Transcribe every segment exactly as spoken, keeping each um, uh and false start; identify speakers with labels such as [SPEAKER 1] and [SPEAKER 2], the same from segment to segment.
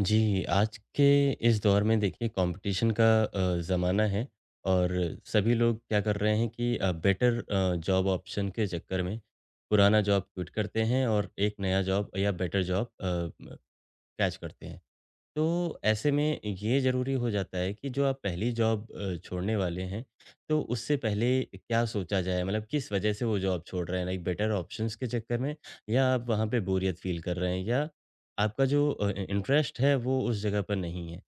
[SPEAKER 1] जी, आज के इस दौर में देखिए कंपटीशन का अ, ज़माना है और सभी लोग क्या कर रहे हैं कि अ, बेटर अ, जॉब ऑप्शन के चक्कर में पुराना जॉब क्विट करते हैं और एक नया जॉब या बेटर जॉब अ, कैच करते हैं। तो ऐसे में ये ज़रूरी हो जाता है कि जो आप पहली जॉब अ, छोड़ने वाले हैं, तो उससे पहले क्या सोचा जाए? मतलब किस वजह से वो जॉब छोड़ रहे हैं? लाइक बेटर ऑप्शंस के चक्कर में या आप वहाँ पे बोरियत फ़ील कर रहे हैं या आपका जो अ, इंटरेस्ट है वो उस जगह पर नहीं है?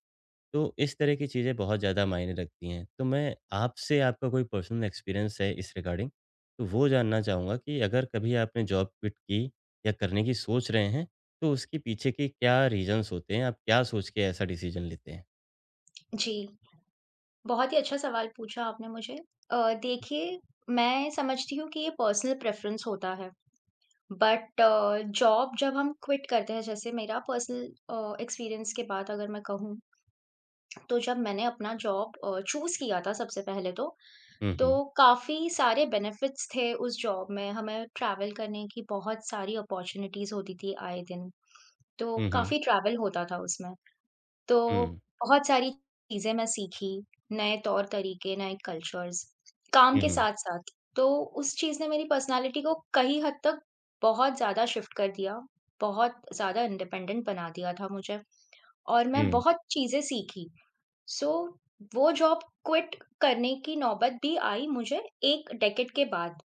[SPEAKER 1] तो इस तरह की चीज़ें बहुत ज़्यादा मायने रखती हैं। तो मैं आपसे आपका कोई पर्सनल एक्सपीरियंस है इस रिगार्डिंग, तो वो जानना चाहूँगा कि अगर कभी आपने जॉब क्विट की या करने की सोच रहे हैं, तो उसके पीछे के क्या रीज़न्स होते हैं? आप क्या सोच के ऐसा डिसीज़न लेते हैं?
[SPEAKER 2] जी, बहुत ही अच्छा सवाल पूछा आपने मुझे। अ, देखिए, मैं समझती हूँ कि ये पर्सनल प्रेफ़रेंस होता है, बट जॉब जब हम क्विट करते हैं, जैसे मेरा पर्सनल अ, एक्सपीरियंस के बाद अगर मैं कहूँ, तो जब मैंने अपना जॉब अ, चूज़ किया था सबसे पहले तो,
[SPEAKER 1] हुँ, हुँ।
[SPEAKER 2] तो काफ़ी सारे बेनिफिट्स थे उस जॉब में। हमें ट्रैवल करने की बहुत सारी अपॉर्च्युनिटीज़ होती थी आए दिन, तो
[SPEAKER 1] हुँ, हुँ।
[SPEAKER 2] काफ़ी ट्रैवल होता था उसमें। तो
[SPEAKER 1] हुँ।
[SPEAKER 2] बहुत सारी चीज़ें मैं सीखी, नए तौर-तरीके, नए कल्चर्स, काम
[SPEAKER 1] हुँ,
[SPEAKER 2] के
[SPEAKER 1] हुँ।
[SPEAKER 2] साथ-साथ। तो उस चीज़ ने मेरी पर्सनैलिटी को कहीं हद तक बहुत ज़्यादा शिफ्ट कर दिया, बहुत ज़्यादा इंडिपेंडेंट बना दिया था मुझे और मैं
[SPEAKER 1] हुँ।
[SPEAKER 2] बहुत चीज़ें सीखी। सो वो जॉब क्विट करने की नौबत भी आई मुझे एक डेकेड के बाद।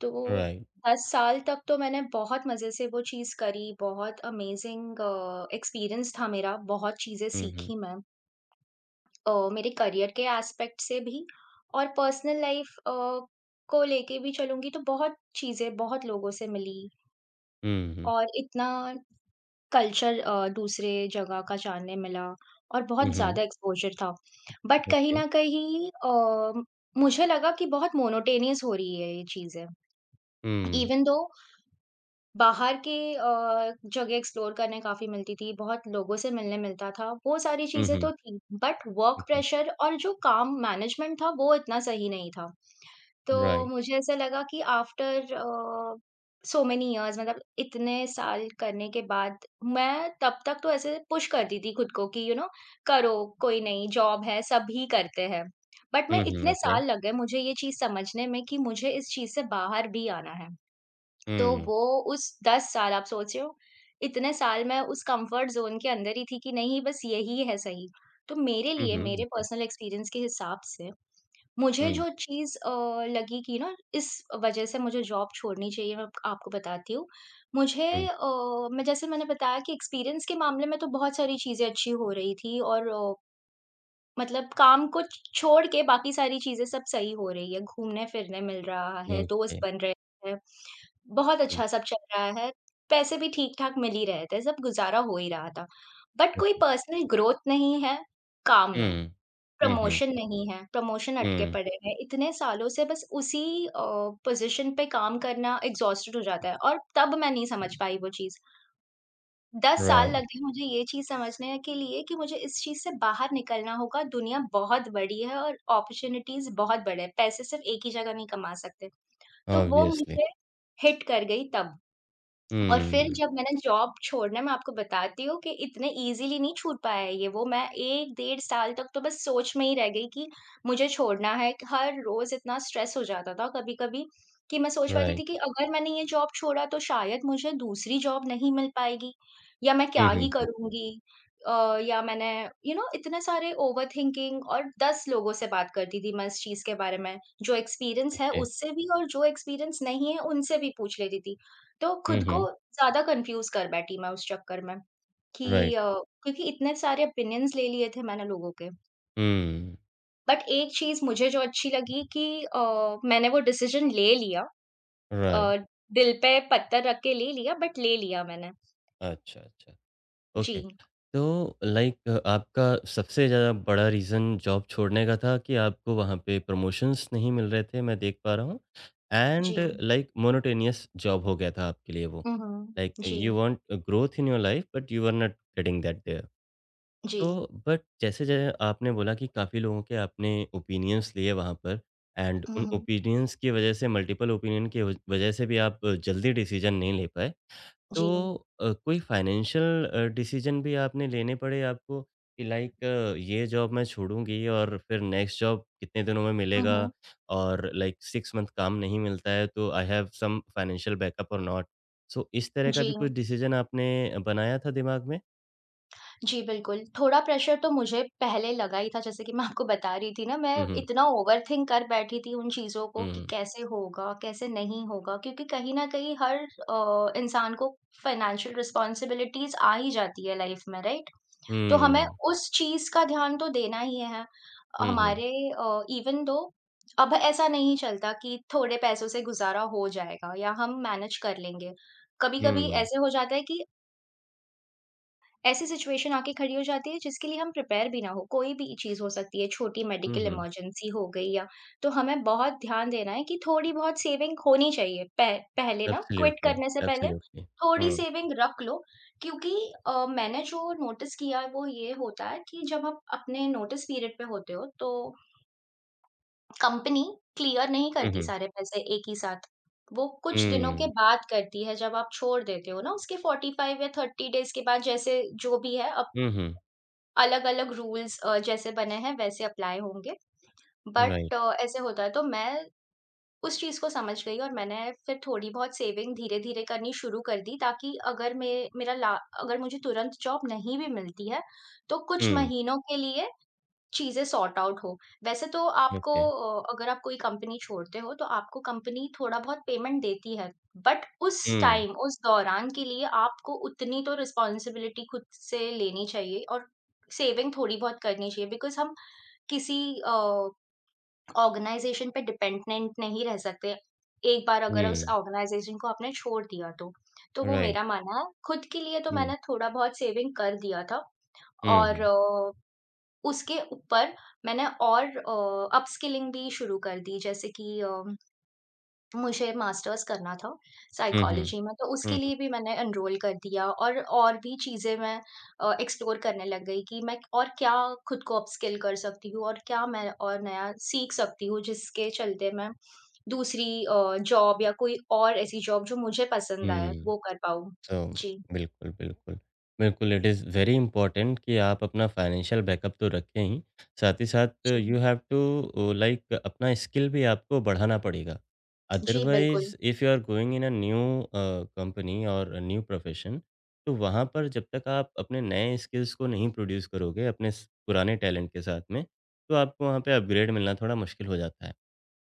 [SPEAKER 2] तो
[SPEAKER 1] राइट।
[SPEAKER 2] दस साल तक तो मैंने बहुत मज़े से वो चीज़ करी, बहुत अमेज़िंग अ, एक्सपीरियंस था मेरा, बहुत चीज़ें
[SPEAKER 1] हुँ, हुँ।
[SPEAKER 2] सीखी मैं अ, मेरे करियर के एस्पेक्ट से भी और पर्सनल लाइफ़ अ, को लेके भी चलूँगी तो बहुत चीज़ें, बहुत लोगों से मिली
[SPEAKER 1] हुँ, हुँ।
[SPEAKER 2] और इतना कल्चर अ, दूसरे जगह का जानने मिला और बहुत
[SPEAKER 1] हुँ, हुँ।
[SPEAKER 2] ज़्यादा एक्सपोज़र था। बट कहीं
[SPEAKER 1] ओके।
[SPEAKER 2] न कहीं अ, मुझे लगा कि बहुत मोनोटोनियस हो रही है ये चीज़ें।
[SPEAKER 1] हुँ।
[SPEAKER 2] इवन दो बाहर के अ, जगह एक्सप्लोर करने काफ़ी मिलती थी, बहुत लोगों से मिलने मिलता था, वो सारी
[SPEAKER 1] हुँ,
[SPEAKER 2] चीज़ें तो
[SPEAKER 1] हुँ।
[SPEAKER 2] थी, बट वर्क
[SPEAKER 1] ओके।
[SPEAKER 2] प्रेशर और जो काम मैनेजमेंट था, वो इतना सही नहीं था। तो
[SPEAKER 1] राइट।
[SPEAKER 2] मुझे ऐसा लगा कि आफ्टर अ, सो मेनी इयर्स मतलब इतने साल करने के बाद, मैं तब तक तो ऐसे पुश करती थी खुद को कि यू you नो know, करो, कोई नहीं, जॉब है, सभी करते हैं। बट मैं
[SPEAKER 1] हुँ, हुँ।
[SPEAKER 2] इतने
[SPEAKER 1] ओके।
[SPEAKER 2] साल लग गए मुझे ये चीज़ समझने में कि मुझे इस चीज़ से बाहर भी आना है। तो
[SPEAKER 1] हुँ।
[SPEAKER 2] वो उस दस साल आप सोचो, इतने साल मैं उस कम्फ़र्ट ज़ोन के अंदर ही थी कि नहीं बस यही है सही। तो मेरे
[SPEAKER 1] हुँ,
[SPEAKER 2] लिए
[SPEAKER 1] हुँ।
[SPEAKER 2] मेरे
[SPEAKER 1] ओके।
[SPEAKER 2] पर्सनल एक्सपीरियंस के हिसाब से मुझे
[SPEAKER 1] हुँ,
[SPEAKER 2] जो चीज़ अ, लगी कि ना इस वज़ह से मुझे जॉब छोड़नी चाहिए, मैं आप- आपको बताती हूँ। मुझे
[SPEAKER 1] हुँ।
[SPEAKER 2] अ,
[SPEAKER 1] ओके।
[SPEAKER 2] मैं जैसे मैंने बताया कि एक्सपीरियंस के मामले में तो बहुत सारी चीज़ें अच्छी हो रही थी और अ मतलब काम को छोड़ के बाकी सारी चीज़ें सब सही हो रही है, घूमने-फिरने मिल रहा
[SPEAKER 1] हुँ,
[SPEAKER 2] है, दोस्त
[SPEAKER 1] ओके।
[SPEAKER 2] बन रहे हैं, बहुत अच्छा सब चल रहा है, पैसे भी ठीक-ठाक मिल ही रहे थे, सब गुज़ारा हो ही रहा था। बट कोई पर्सनल ग्रोथ नहीं है काम में,
[SPEAKER 1] हुँ। हुँ, हुँ।
[SPEAKER 2] प्रमोशन नहीं है, प्रमोशन अटके
[SPEAKER 1] हुँ।
[SPEAKER 2] पड़े हैं, इतने सालों से बस उसी अ, पोज़ीशन पे काम करना, एग्ज़ॉस्टेड हो जाता है और तब मैं नहीं समझ पाई वो चीज़। दस साल लग
[SPEAKER 1] Right,
[SPEAKER 2] गए मुझे ये चीज़ समझने के लिए कि मुझे इस चीज़ से बाहर निकलना होगा, दुनिया बहुत बड़ी है और अपॉर्च्युनिटीज़ बहुत बड़े हैं, पैसे सिर्फ एक ही जगह नहीं कमा सकते। तो वो
[SPEAKER 1] obviously.
[SPEAKER 2] मुझे हिट कर गई तब। और फिर
[SPEAKER 1] Mm,
[SPEAKER 2] जब मैंने जॉब छोड़ने मैं आपको बताती हूँ कि इतने ईज़िली नहीं छूट पाया है ये वो मैं 1 डेढ़ साल तक तो बस सोच में ही रह गई कि मुझे छोड़ना है। हर रोज़ इतना स्ट्रेस हो जाता था कभी-कभी कि मैं सोच पाती
[SPEAKER 1] right.
[SPEAKER 2] थी कि अगर मैंने ये जॉब छोड़ा तो शायद मुझे दूसरी जॉब नहीं मिल पाएगी या मैं
[SPEAKER 1] हुँ,
[SPEAKER 2] क्या
[SPEAKER 1] हुँ,
[SPEAKER 2] ही
[SPEAKER 1] हुँ,
[SPEAKER 2] करूँगी? अ, या मैंने यू नो इतने सारे ओवरथिंकिंग और दस लोगों से बात करती थी मैं इस चीज़ के बारे में। जो एक्सपीरियंस है
[SPEAKER 1] ओके।
[SPEAKER 2] उससे भी और जो एक्सपीरियंस नहीं है उनसे भी पूछ लेती थी। तो
[SPEAKER 1] हुँ,
[SPEAKER 2] खुद
[SPEAKER 1] हुँ,
[SPEAKER 2] को ज़्यादा कन्फ्यूज़ कर बैठी मैं उस चक्कर में
[SPEAKER 1] राइट।
[SPEAKER 2] कि अ, क्योंकि इतने सारे ओपिनियंस ले लिए थे मैंने लोगों के।
[SPEAKER 1] हुँ,
[SPEAKER 2] बट एक चीज़ मुझे जो अच्छी लगी कि अ, मैंने वो डिसीज़न ले लिया
[SPEAKER 1] राइट।
[SPEAKER 2] अ, दिल पे पत्थर रख के ले लिया बट ले लिया मैंने।
[SPEAKER 1] अच्छा, अच्छा, ओके।
[SPEAKER 2] जी,
[SPEAKER 1] तो लाइक आपका सबसे ज़्यादा बड़ा रीज़न जॉब छोड़ने का था कि आपको वहाँ पे प्रमोशंस नहीं मिल रहे थे, मैं देख पा रहा हूँ एंड
[SPEAKER 2] जी।
[SPEAKER 1] लाइक मोनोटोनियस जॉब हो गया था आपके लिए वो।
[SPEAKER 2] हुँ, हुँ।
[SPEAKER 1] लाइक
[SPEAKER 2] जी,
[SPEAKER 1] you want growth in your life but you are not getting that there.
[SPEAKER 2] जी।
[SPEAKER 1] तो बट जैसे-जैसे आपने बोला कि काफ़ी लोगों के आपने ओपिनियंस लिए वहाँ पर एंड
[SPEAKER 2] हुँ,
[SPEAKER 1] उन
[SPEAKER 2] हुँ।
[SPEAKER 1] ओपिनियंस की वज़ह से मल्टीपल ओपिनियन की वज वज़ह से भी आप जल्दी डिसीज़न नहीं ले पाए। तो
[SPEAKER 2] जी।
[SPEAKER 1] अ, कोई फाइनेंशियल अ, डिसीज़न भी आपने लेने पड़े आपको कि लाइक ये जॉब मैं छोड़ूँगी और फिर नेक्स्ट जॉब कितने दिनों में
[SPEAKER 2] हुँ,
[SPEAKER 1] मिलेगा
[SPEAKER 2] हुँ।
[SPEAKER 1] और लाइक सिक्स मंथ काम नहीं मिलता है तो I have some financial backup और नॉट। सो इस तरह का भी
[SPEAKER 2] जी।
[SPEAKER 1] कुछ डिसीज़न आपने बनाया था दिमाग में?
[SPEAKER 2] जी, बिल्कुल। थोड़ा प्रेशर तो मुझे पहले लगा ही था जैसे कि मैं आपको बता रही थी ना मैं
[SPEAKER 1] हुँ, हुँ।
[SPEAKER 2] इतना ओवरथिंक कर बैठी थी उन चीज़ों को
[SPEAKER 1] हुँ,
[SPEAKER 2] कि
[SPEAKER 1] हुँ।
[SPEAKER 2] कैसे होगा, कैसे नहीं होगा क्योंकि कहीं न कहीं हर अ, इंसान को फ़ाइनेंशियल रिस्पॉन्सिबिलिटीज़ आ ही जाती है लाइफ़ में, राइट? तो हमें
[SPEAKER 1] हुँ।
[SPEAKER 2] उस चीज़ का ध्यान तो देना ही है।
[SPEAKER 1] Mhm.
[SPEAKER 2] हमारे अ, इवन दो अब ऐसा नहीं चलता कि थोड़े पैसों से गुज़ारा हो जाएगा या हम मैनेज कर लेंगे। कभी-कभी
[SPEAKER 1] Mm.
[SPEAKER 2] ऐसे हो जाता है कि ऐसी सिचुएशन आके खड़ी हो जाती है जिसके लिए हम प्रिपेयर भी ना हो, कोई भी चीज़ हो सकती है, छोटी मेडिकल
[SPEAKER 1] Mhm.
[SPEAKER 2] इमरजेंसी हो गई या तो हमें बहुत ध्यान देना है कि थोड़ी बहुत सेविंग होनी चाहिए। पह पहले ना क्विट
[SPEAKER 1] Absolutely,
[SPEAKER 2] करने से पहले
[SPEAKER 1] absolutely.
[SPEAKER 2] थोड़ी
[SPEAKER 1] Mm.
[SPEAKER 2] सेविंग रख लो क्योंकि अ, मैंने जो नोटिस किया है वो ये होता है कि जब आप अपने नोटिस पीरियड पे होते हो तो कंपनी क्लियर नहीं करती
[SPEAKER 1] Mhm.
[SPEAKER 2] सारे पैसे एक ही साथ। वो कुछ दिनों के
[SPEAKER 1] Mm.
[SPEAKER 2] बाद करती है जब आप छोड़ देते हो ना उसके पैंतालीस या तीस डेज़ के बाद जैसे जो भी है अब
[SPEAKER 1] Mhm.
[SPEAKER 2] अलग-अलग रूल्स अ, जैसे बने हैं वैसे अप्लाई होंगे,
[SPEAKER 1] Right.
[SPEAKER 2] बट ऐसे होता है तो मैं उस चीज़ को समझ गई और मैंने फिर थोड़ी-बहुत सेविंग धीरे-धीरे करनी शुरू कर दी ताकि अगर मैं मेरा ला अगर मुझे तुरंत जॉब नहीं भी मिलती है, तो कुछ
[SPEAKER 1] Mm.
[SPEAKER 2] महीनों के लिए चीज़ें सॉर्ट आउट हो। वैसे तो आपको
[SPEAKER 1] Okay.
[SPEAKER 2] अ, अगर आप कोई कंपनी छोड़ते हो तो आपको कंपनी थोड़ा बहुत पेमेंट देती है। बट उस
[SPEAKER 1] Mm.
[SPEAKER 2] टाइम, उस दौरान के लिए आपको उतनी तो रिस्पॉन्सिबिलिटी खुद से लेनी चाहिए और सेविंग थोड़ी बहुत करनी चाहिए बिकॉज़ हम किसी अ, ऑर्गनाइज़ेशन पे डिपेंडेंट नहीं रह सकते। एक बार अगर उस
[SPEAKER 1] Mm.
[SPEAKER 2] ऑर्गनाइज़ेशन को आपने छोड़ दिया तो। तो वो
[SPEAKER 1] Right.
[SPEAKER 2] मेरा मानना है। खुद के लिए तो
[SPEAKER 1] Mm.
[SPEAKER 2] मैंने थोड़ा बहुत सेविंग कर दिया था और
[SPEAKER 1] Mhm.
[SPEAKER 2] उसके ऊपर मैंने और अ, अपस्किलिंग भी शुरू कर दी जैसे कि अम, मुझे मास्टर्स करना था
[SPEAKER 1] Mhm.
[SPEAKER 2] साइकोलॉजी में तो उसके
[SPEAKER 1] Mhm.
[SPEAKER 2] लिए भी मैंने एनरोल कर दिया और और भी चीज़ें मैं अ, एक्सप्लोर करने लग गई कि मैं और क्या खुद को अपस्किल कर सकती हूँ और क्या मैं और नया सीख सकती हूँ जिसके चलते मैं दूसरी अ, जॉब या कोई और ऐसी जॉब जो मुझे पसंद आए
[SPEAKER 1] Mm.
[SPEAKER 2] वो कर पाऊँ।
[SPEAKER 1] सो
[SPEAKER 2] जी,
[SPEAKER 1] बिल्कुल, बिल्कुल। बिल्कुल, इट इज़ वेरी इम्पोर्टेंट कि आप अपना फाइनेंशियल बैकअप तो रखें ही, साथ ही साथ
[SPEAKER 2] जी।
[SPEAKER 1] यू हैव टू लाइक अपना स्किल भी आपको बढ़ाना पड़ेगा।
[SPEAKER 2] जी, बिल्कुल।
[SPEAKER 1] Otherwise if you are going in a new uh, company और न्यू प्रोफ़ेशन, तो वहाँ पर जब तक आप अपने नए स्किल्स को नहीं प्रोड्यूस करोगे अपने स पुराने टैलेंट के साथ में, तो आपको वहाँ पे अपग्रेड मिलना थोड़ा मुश्किल हो जाता है।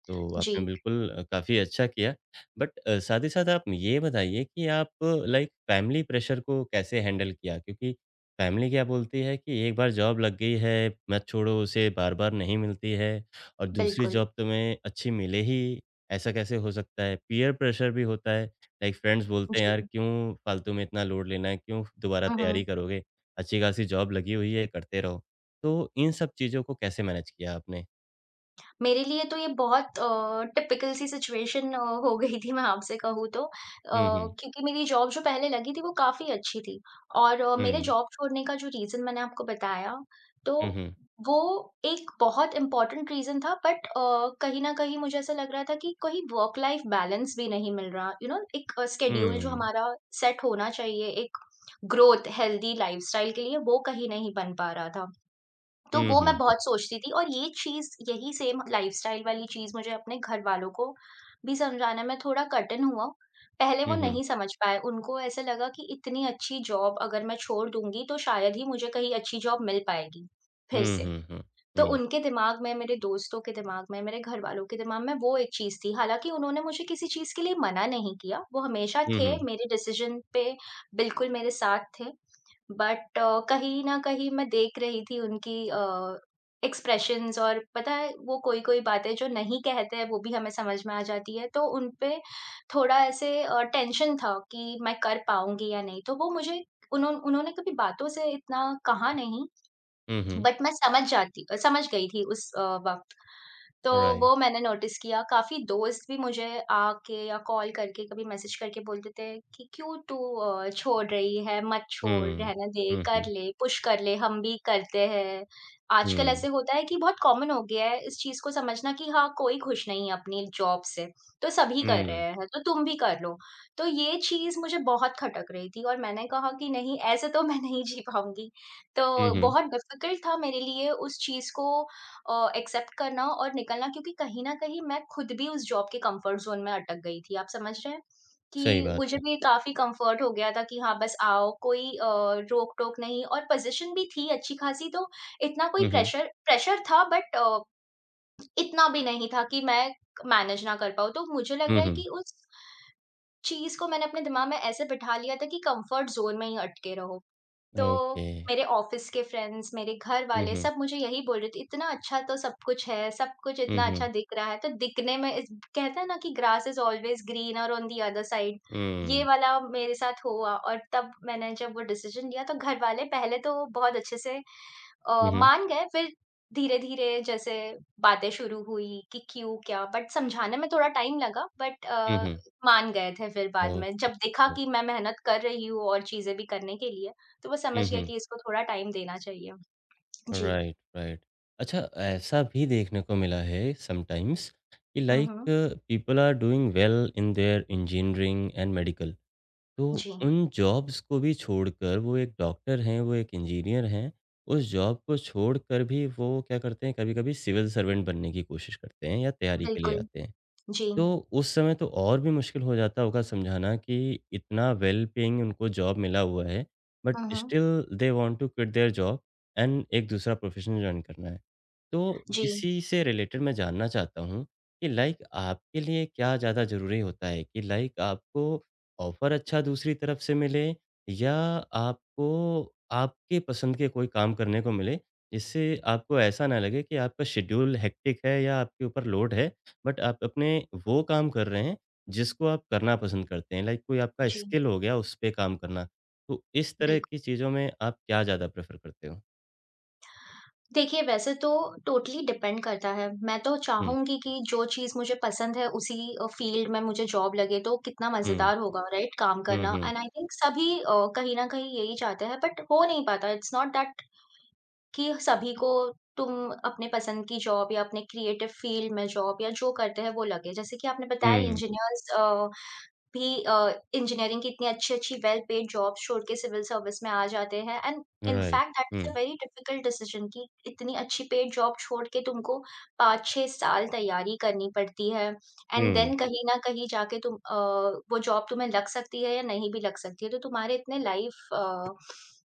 [SPEAKER 1] तो आपने
[SPEAKER 2] जी,
[SPEAKER 1] बिल्कुल अ, काफ़ी अच्छा किया। बट अ, साथ ही साथ आप ये बताइए कि आप लाइक फैमिली प्रेशर को कैसे हैंडल किया? क्योंकि फैमिली क्या बोलती है कि एक बार जॉब लग गई है, मत छोड़ो उसे, बार-बार नहीं मिलती है और दूसरी
[SPEAKER 2] बिल्कुल।
[SPEAKER 1] जॉब तुम्हें अच्छी मिले ही, ऐसा कैसे हो सकता है? पीयर प्रेशर भी होता है, लाइक फ्रेंड्स बोलते हैं, "यार
[SPEAKER 2] जी।
[SPEAKER 1] क्यों फालतू में इतना लोड लेना है? क्यों दोबारा
[SPEAKER 2] हुँ,
[SPEAKER 1] तैयारी
[SPEAKER 2] हुँ।
[SPEAKER 1] करोगे? अच्छी-खासी जॉब लगी हुई है, करते रहो।" तो इन सब चीज़ों को कैसे मैनेज किया आपने?
[SPEAKER 2] मेरे लिए तो ये बहुत अ, टिपिकल सी सिचुएशन अ, हो गई थी मैं आपसे कहूँ तो अ,
[SPEAKER 1] हुँ, हुँ।
[SPEAKER 2] क्योंकि मेरी जॉब जो पहले लगी थी वो काफ़ी अच्छी थी और अ, मेरे
[SPEAKER 1] हुँ।
[SPEAKER 2] जॉब छोड़ने का जो रीज़न मैंने आपको बताया,
[SPEAKER 1] हुँ,
[SPEAKER 2] तो
[SPEAKER 1] हुँ।
[SPEAKER 2] वो एक बहुत इम्पोर्टेंट रीज़न था बट अ, कहीं न कहीं मुझे ऐसा लग रहा था कि कहीं वर्क लाइफ बैलेंस भी नहीं मिल रहा, यू you नो know, एक शेड्यूल जो
[SPEAKER 1] Mm.
[SPEAKER 2] हमारा सेट होना चाहिए एक ग्रोथ हेल्दी लाइफ़स्टाइल के लिए वो कहीं नहीं बन पा रहा था। तो वो मैं
[SPEAKER 1] Mhm.
[SPEAKER 2] बहुत सोचती थी और ये चीज़ यही सेम लाइफ़स्टाइल वाली चीज़ मुझे अपने घरवालों को भी समझाने में थोड़ा कठिन हुआ। पहले वो
[SPEAKER 1] Mhm.
[SPEAKER 2] नहीं समझ पाए, उनको ऐसे लगा कि इतनी अच्छी जॉब अगर मैं छोड़ दूँगी तो शायद ही मुझे कहीं अच्छी जॉब मिल पाएगी, फिर से।
[SPEAKER 1] Mhm. Mhm.
[SPEAKER 2] तो उनके दिमाग में, मेरे दोस्तों के दिमाग में, मेरे घरवालों के दिमाग में वो एक चीज़ थी। हालाँकि उन्होंने मुझे किसी चीज़ के लिए मना नहीं किया, वो हमेशा थे,
[SPEAKER 1] Mhm.
[SPEAKER 2] मेरे डिसीज़न पे बिल्कुल मेरे साथ थे। बट अ, कहीं न कहीं मैं देख रही थी उनकी अ, एक्सप्रेशंस और पता है वो कोई-कोई बातें जो नहीं कहते हैं वो भी हमें समझ में आ जाती है, तो उन पे थोड़ा ऐसे अ, टेंशन था कि मैं कर पाऊँगी या नहीं। तो वो मुझे उन्हों उन्होंने कभी बातों से इतना कहा नहीं
[SPEAKER 1] Mhm.
[SPEAKER 2] बट मैं समझ जाती समझ गई थी उस अ, वक़्त। तो
[SPEAKER 1] राइट।
[SPEAKER 2] वो मैंने नोटिस किया, काफ़ी दोस्त भी मुझे आके या कॉल करके कभी मैसेज करके बोलते थे कि क्यों तू अ, छोड़ रही है, मत छोड़,
[SPEAKER 1] हुँ।
[SPEAKER 2] रहने दे, कर
[SPEAKER 1] हुँ,
[SPEAKER 2] ले, पुश कर ले, हम भी करते हैं। आजकल
[SPEAKER 1] हुँ,
[SPEAKER 2] ऐसे होता है कि बहुत कॉमन हो गया है इस चीज़ को समझना कि हाँ, कोई खुश नहीं है अपनी जॉब से, तो सभी कर रहे हैं, तो तुम भी कर लो। तो ये चीज़ मुझे बहुत खटक रही थी और मैंने कहा कि नहीं, ऐसे तो मैं नहीं जी पाऊँगी।
[SPEAKER 1] हुँ,
[SPEAKER 2] तो
[SPEAKER 1] हुँ,
[SPEAKER 2] बहुत डिफ़िकल्ट था मेरे लिए उस चीज़ को अ, एक्सेप्ट करना और निकलना क्योंकि कहीं न कहीं मैं खुद भी उस जॉब के कम्फर्ट ज़ोन में अटक गई थी। आप समझ रहे हैं?
[SPEAKER 1] सही
[SPEAKER 2] कि
[SPEAKER 1] बात
[SPEAKER 2] मुझे
[SPEAKER 1] है।
[SPEAKER 2] भी काफ़ी कम्फर्ट हो गया था कि हाँ, बस आओ कोई अ, रोक-टोक नहीं और पोज़ीशन भी थी अच्छी-ख़ासी, तो इतना कोई
[SPEAKER 1] हुँ, हुँ,
[SPEAKER 2] प्रेशर प्रेशर था बट अ, इतना भी नहीं था कि मैं मैनेज ना कर पाऊँ। तो मुझे लग
[SPEAKER 1] हुँ,
[SPEAKER 2] रहा है
[SPEAKER 1] हुँ,
[SPEAKER 2] कि उस चीज़ को मैंने अपने दिमाग में ऐसे बिठा लिया था कि कम्फर्ट ज़ोन में ही अटके रहो। तो
[SPEAKER 1] ओके।
[SPEAKER 2] मेरे ऑफ़िस के फ्रेंड्स, मेरे घर
[SPEAKER 1] हुँ,
[SPEAKER 2] वाले
[SPEAKER 1] हुँ,
[SPEAKER 2] सब मुझे यही बोल रहे थे, "इतना अच्छा तो सब कुछ है, सब कुछ
[SPEAKER 1] हुँ,
[SPEAKER 2] इतना अच्छा
[SPEAKER 1] हुँ,
[SPEAKER 2] दिख रहा है।" तो दिखने में इस, कहते हैं ना कि grass is always greener on the other side, ये
[SPEAKER 1] हुँ,
[SPEAKER 2] वाला मेरे साथ हुआ। और तब मैंने जब वो डिसीज़न लिया तो घर वाले पहले तो बहुत अच्छे से
[SPEAKER 1] हुँ,
[SPEAKER 2] अ,
[SPEAKER 1] हुँ, हुँ,
[SPEAKER 2] मान गए, फिर धीरे-धीरे जैसे बातें शुरू हुई कि क्यों, क्या, बट समझाने में थोड़ा टाइम लगा, बट अ, मान गए थे फिर बाद में।
[SPEAKER 1] ओके,
[SPEAKER 2] जब देखा
[SPEAKER 1] ओ
[SPEAKER 2] कि मैं मेहनत कर रही हूँ और चीज़ें भी करने के लिए, तो वो
[SPEAKER 1] हुँ,
[SPEAKER 2] समझ गया
[SPEAKER 1] हुँ,
[SPEAKER 2] कि इसको थोड़ा टाइम देना चाहिए। जी।
[SPEAKER 1] Right, right. अच्छा ऐसा भी देखने को मिला है समटाइम्स कि
[SPEAKER 2] हुँ,
[SPEAKER 1] लाइक
[SPEAKER 2] हुँ।
[SPEAKER 1] People are doing well in their engineering and medical तो
[SPEAKER 2] जी,
[SPEAKER 1] उन जॉब्स को भी छोड़कर वो एक डॉक्टर हैं, वो एक इंजीनियर हैं, उस जॉब को छोड़कर भी वो क्या करते हैं, कभी-कभी सिविल सर्वेंट बनने की कोशिश करते हैं या तैयारी के लिए
[SPEAKER 2] बिल्कुल।
[SPEAKER 1] आते हैं।
[SPEAKER 2] जी।
[SPEAKER 1] तो उस समय तो और भी मुश्किल हो जाता होगा समझाना कि इतना वेल पेइंग उनको जॉब मिला हुआ है, बट
[SPEAKER 2] हुँ, हुँ।
[SPEAKER 1] Still they want to quit their job and एक दूसरा प्रोफ़ेशन जॉइन करना है। तो
[SPEAKER 2] जी,
[SPEAKER 1] इसी से रिलेटेड मैं जानना चाहता हूँ कि लाइक आपके लिए क्या ज़्यादा ज़रूरी होता है कि लाइक आपको ऑफ़र अच्छा दूसरी तरफ से मिले या आपको आपके पसंद के कोई काम करने को मिले, जिससे आपको ऐसा ना लगे कि आपका शेड्यूल हेक्टिक है या आपके ऊपर लोड है बट आप अपने वो काम कर रहे हैं, जिसको आप करना पसंद करते हैं, लाइक कोई आपका
[SPEAKER 2] जी,
[SPEAKER 1] स्किल हो गया, उस पे काम करना। तो इस तरह
[SPEAKER 2] बिल्कुल।
[SPEAKER 1] की चीज़ों में आप क्या ज़्यादा प्रेफ़र करते हो?
[SPEAKER 2] देखिए, वैसे तो टोटली डिपेंड करता है। मैं तो
[SPEAKER 1] हुँ,
[SPEAKER 2] चाहूँगी कि जो चीज़ मुझे पसंद है, उसी अ, फ़ील्ड में मुझे जॉब लगे तो कितना
[SPEAKER 1] हुँ,
[SPEAKER 2] मज़ेदार होगा, राइट काम
[SPEAKER 1] हुँ,
[SPEAKER 2] करना।
[SPEAKER 1] हुँ,
[SPEAKER 2] एंड आई थिंक सभी अ, कहीं न कहीं यही चाहते हैं, बट हो नहीं पाता। इट्स नॉट दैट कि सभी को तुम अपने पसंद की जॉब या अपने क्रिएटिव फ़ील्ड में जॉब या जो करते हैं वो लगे। जैसे कि आपने बताया,
[SPEAKER 1] हुँ,
[SPEAKER 2] इंजीनियर्स अ, भी अ, इंजीनियरिंग की इतनी अच्छी-अच्छी वेल पेड जॉब्स छोड़ के सिविल सर्विस में आ जाते हैं। And in
[SPEAKER 1] right,
[SPEAKER 2] fact that
[SPEAKER 1] हुँ,
[SPEAKER 2] is a very difficult decision कि इतनी अच्छी पेड जॉब छोड़ के तुमको पाँच छह साल तैयारी करनी पड़ती है एंड
[SPEAKER 1] हुँ,
[SPEAKER 2] देन कहीं न कहीं जाके तुम, अ, वो जॉब तुम्हें लग सकती है या नहीं भी लग सकती है। तो तुम्हारे इतने लाइफ अ,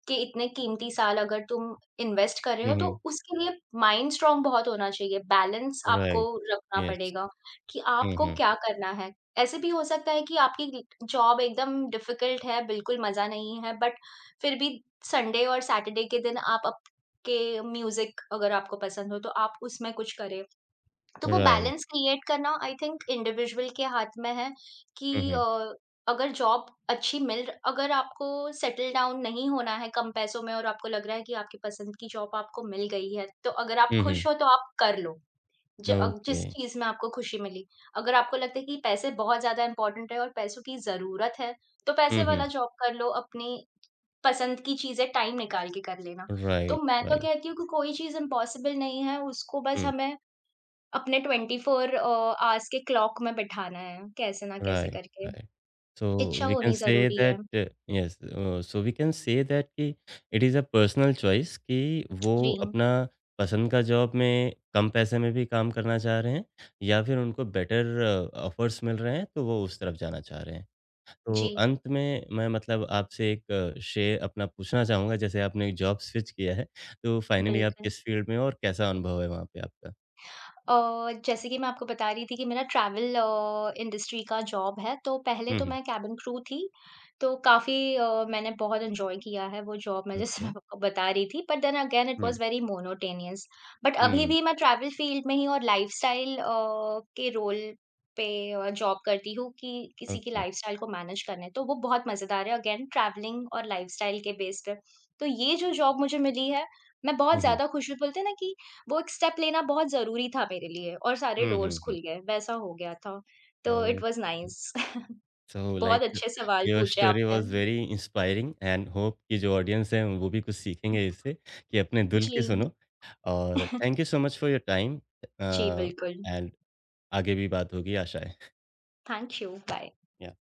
[SPEAKER 2] के इतने कीमती साल अगर तुम इन्वेस्ट कर रहे
[SPEAKER 1] हुँ,
[SPEAKER 2] हो,
[SPEAKER 1] हुँ,
[SPEAKER 2] तो उसके लिए माइंड स्ट्रॉन्ग बहुत होना चाहिए। बैलेंस आपको
[SPEAKER 1] राइट,
[SPEAKER 2] रखना
[SPEAKER 1] यस,
[SPEAKER 2] पड़ेगा कि
[SPEAKER 1] हुँ,
[SPEAKER 2] आपको
[SPEAKER 1] हुँ,
[SPEAKER 2] क्या करना है। ऐसे भी हो सकता है कि आपकी जॉब एकदम डिफ़िकल्ट है, बिल्कुल मज़ा नहीं है, बट फिर भी संडे और सैटरडे के दिन आप, आपके म्यूज़िक अगर आपको पसंद हो, तो आप उसमें कुछ करें। तो वो
[SPEAKER 1] राइट,
[SPEAKER 2] बैलेंस क्रिएट करना आई थिंक इंडिविजुअल के हाथ में है कि
[SPEAKER 1] हुँ, हुँ,
[SPEAKER 2] अ, अगर जॉब अच्छी मिल अगर आपको सेटल डाउन नहीं होना है कम पैसों में और आपको लग रहा है कि आपकी पसंद की जॉब आपको मिल गई है, तो अगर आप
[SPEAKER 1] हुँ,
[SPEAKER 2] खुश
[SPEAKER 1] हुँ,
[SPEAKER 2] हो तो आप कर लो। ज अ,
[SPEAKER 1] ओके,
[SPEAKER 2] जिस चीज़ में आपको खुशी मिली। अगर आपको लगता है कि पैसे बहुत ज़्यादा इम्पोर्टेंट है और पैसों की ज़रूरत है, तो
[SPEAKER 1] हुँ,
[SPEAKER 2] पैसे
[SPEAKER 1] हुँ,
[SPEAKER 2] वाला जॉब कर लो, अपनी पसंद की चीज़ें टाइम निकाल के कर लेना। तो
[SPEAKER 1] राइट,
[SPEAKER 2] मैं तो
[SPEAKER 1] राइट,
[SPEAKER 2] कहती हूँ कि कोई चीज़ इम्पॉसिबल नहीं है, उसको बस
[SPEAKER 1] हुँ।
[SPEAKER 2] हमें अपने ट्वेंटी फ़ोर अ, आवर्स के क्लॉक में बिठाना है, कैसे ना कैसे
[SPEAKER 1] Right,
[SPEAKER 2] करके।
[SPEAKER 1] right. So
[SPEAKER 2] इच्छा
[SPEAKER 1] we can
[SPEAKER 2] होनी
[SPEAKER 1] say
[SPEAKER 2] ज़रूरी है।
[SPEAKER 1] that uh, yes, uh, so we can say that कि it is a personal choice कि वो
[SPEAKER 2] जी,
[SPEAKER 1] अपना पसंद का जॉब में कम पैसे में भी काम करना चाह रहे हैं या फिर उनको बेटर ऑफर्स मिल रहे हैं तो वो उस तरफ जाना चाह रहे हैं। तो
[SPEAKER 2] जी,
[SPEAKER 1] अंत में मैं मतलब आपसे एक अ, शेयर अपना पूछना चाहूँगा जैसे आपने एक जॉब स्विच किया है तो फाइनली आप
[SPEAKER 2] बिल्कुल।
[SPEAKER 1] किस फील्ड में हो और कैसा अनुभव है वहाँ पे आपका?
[SPEAKER 2] अ, जैसे कि मैं आपको बता रही थी कि मेरा ट्रैवल अ, इंडस्ट्री का जॉब है, तो पहले
[SPEAKER 1] हुँ,
[SPEAKER 2] तो
[SPEAKER 1] हुँ।
[SPEAKER 2] मैं केबिन क्रू थी, तो काफ़ी अ, मैंने बहुत एन्जॉय किया है वो जॉब, मैं जैसे
[SPEAKER 1] ओके।
[SPEAKER 2] मैं आपको बता रही थी, बट देन अगेन इट
[SPEAKER 1] हुँ,
[SPEAKER 2] वाज़ वेरी मोनोटोनियस। बट अभी
[SPEAKER 1] हुँ।
[SPEAKER 2] भी मैं ट्रैवल फील्ड में ही और लाइफ़स्टाइल अ, के रोल पे अ, जॉब करती हूँ कि किसी की
[SPEAKER 1] ओके।
[SPEAKER 2] लाइफ़स्टाइल को मैनेज करने, तो वो बहुत मज़ेदार है, अगेन ट्रैवलिंग और लाइफ़स्टाइल के बेस पे। तो ये जो जॉब मुझे मिली है, मैं बहुत
[SPEAKER 1] हुँ, हुँ।
[SPEAKER 2] ज़्यादा खुश हूँ। बोलते हैं ना कि वो एक स्टेप लेना बहुत ज़रूरी था मेरे लिए और सारे
[SPEAKER 1] हुँ,
[SPEAKER 2] डोर्स
[SPEAKER 1] हुँ, हुँ।
[SPEAKER 2] खुल गए, वैसा हो गया था। तो it was
[SPEAKER 1] okay.
[SPEAKER 2] Nice.
[SPEAKER 1] So
[SPEAKER 2] बहुत
[SPEAKER 1] लाइक
[SPEAKER 2] अच्छे सवाल
[SPEAKER 1] योर
[SPEAKER 2] पूछे
[SPEAKER 1] स्टोरी
[SPEAKER 2] आपने।
[SPEAKER 1] Was very inspiring and hope कि जो ऑडियंस हैं वो भी कुछ सीखेंगे इससे कि अपने दिल
[SPEAKER 2] जी।
[SPEAKER 1] की सुनो और thank you so much for your time
[SPEAKER 2] जी,
[SPEAKER 1] अ,
[SPEAKER 2] बिल्कुल।
[SPEAKER 1] एंड आगे भी बात होगी आशा है।
[SPEAKER 2] Thank you, bye.
[SPEAKER 1] या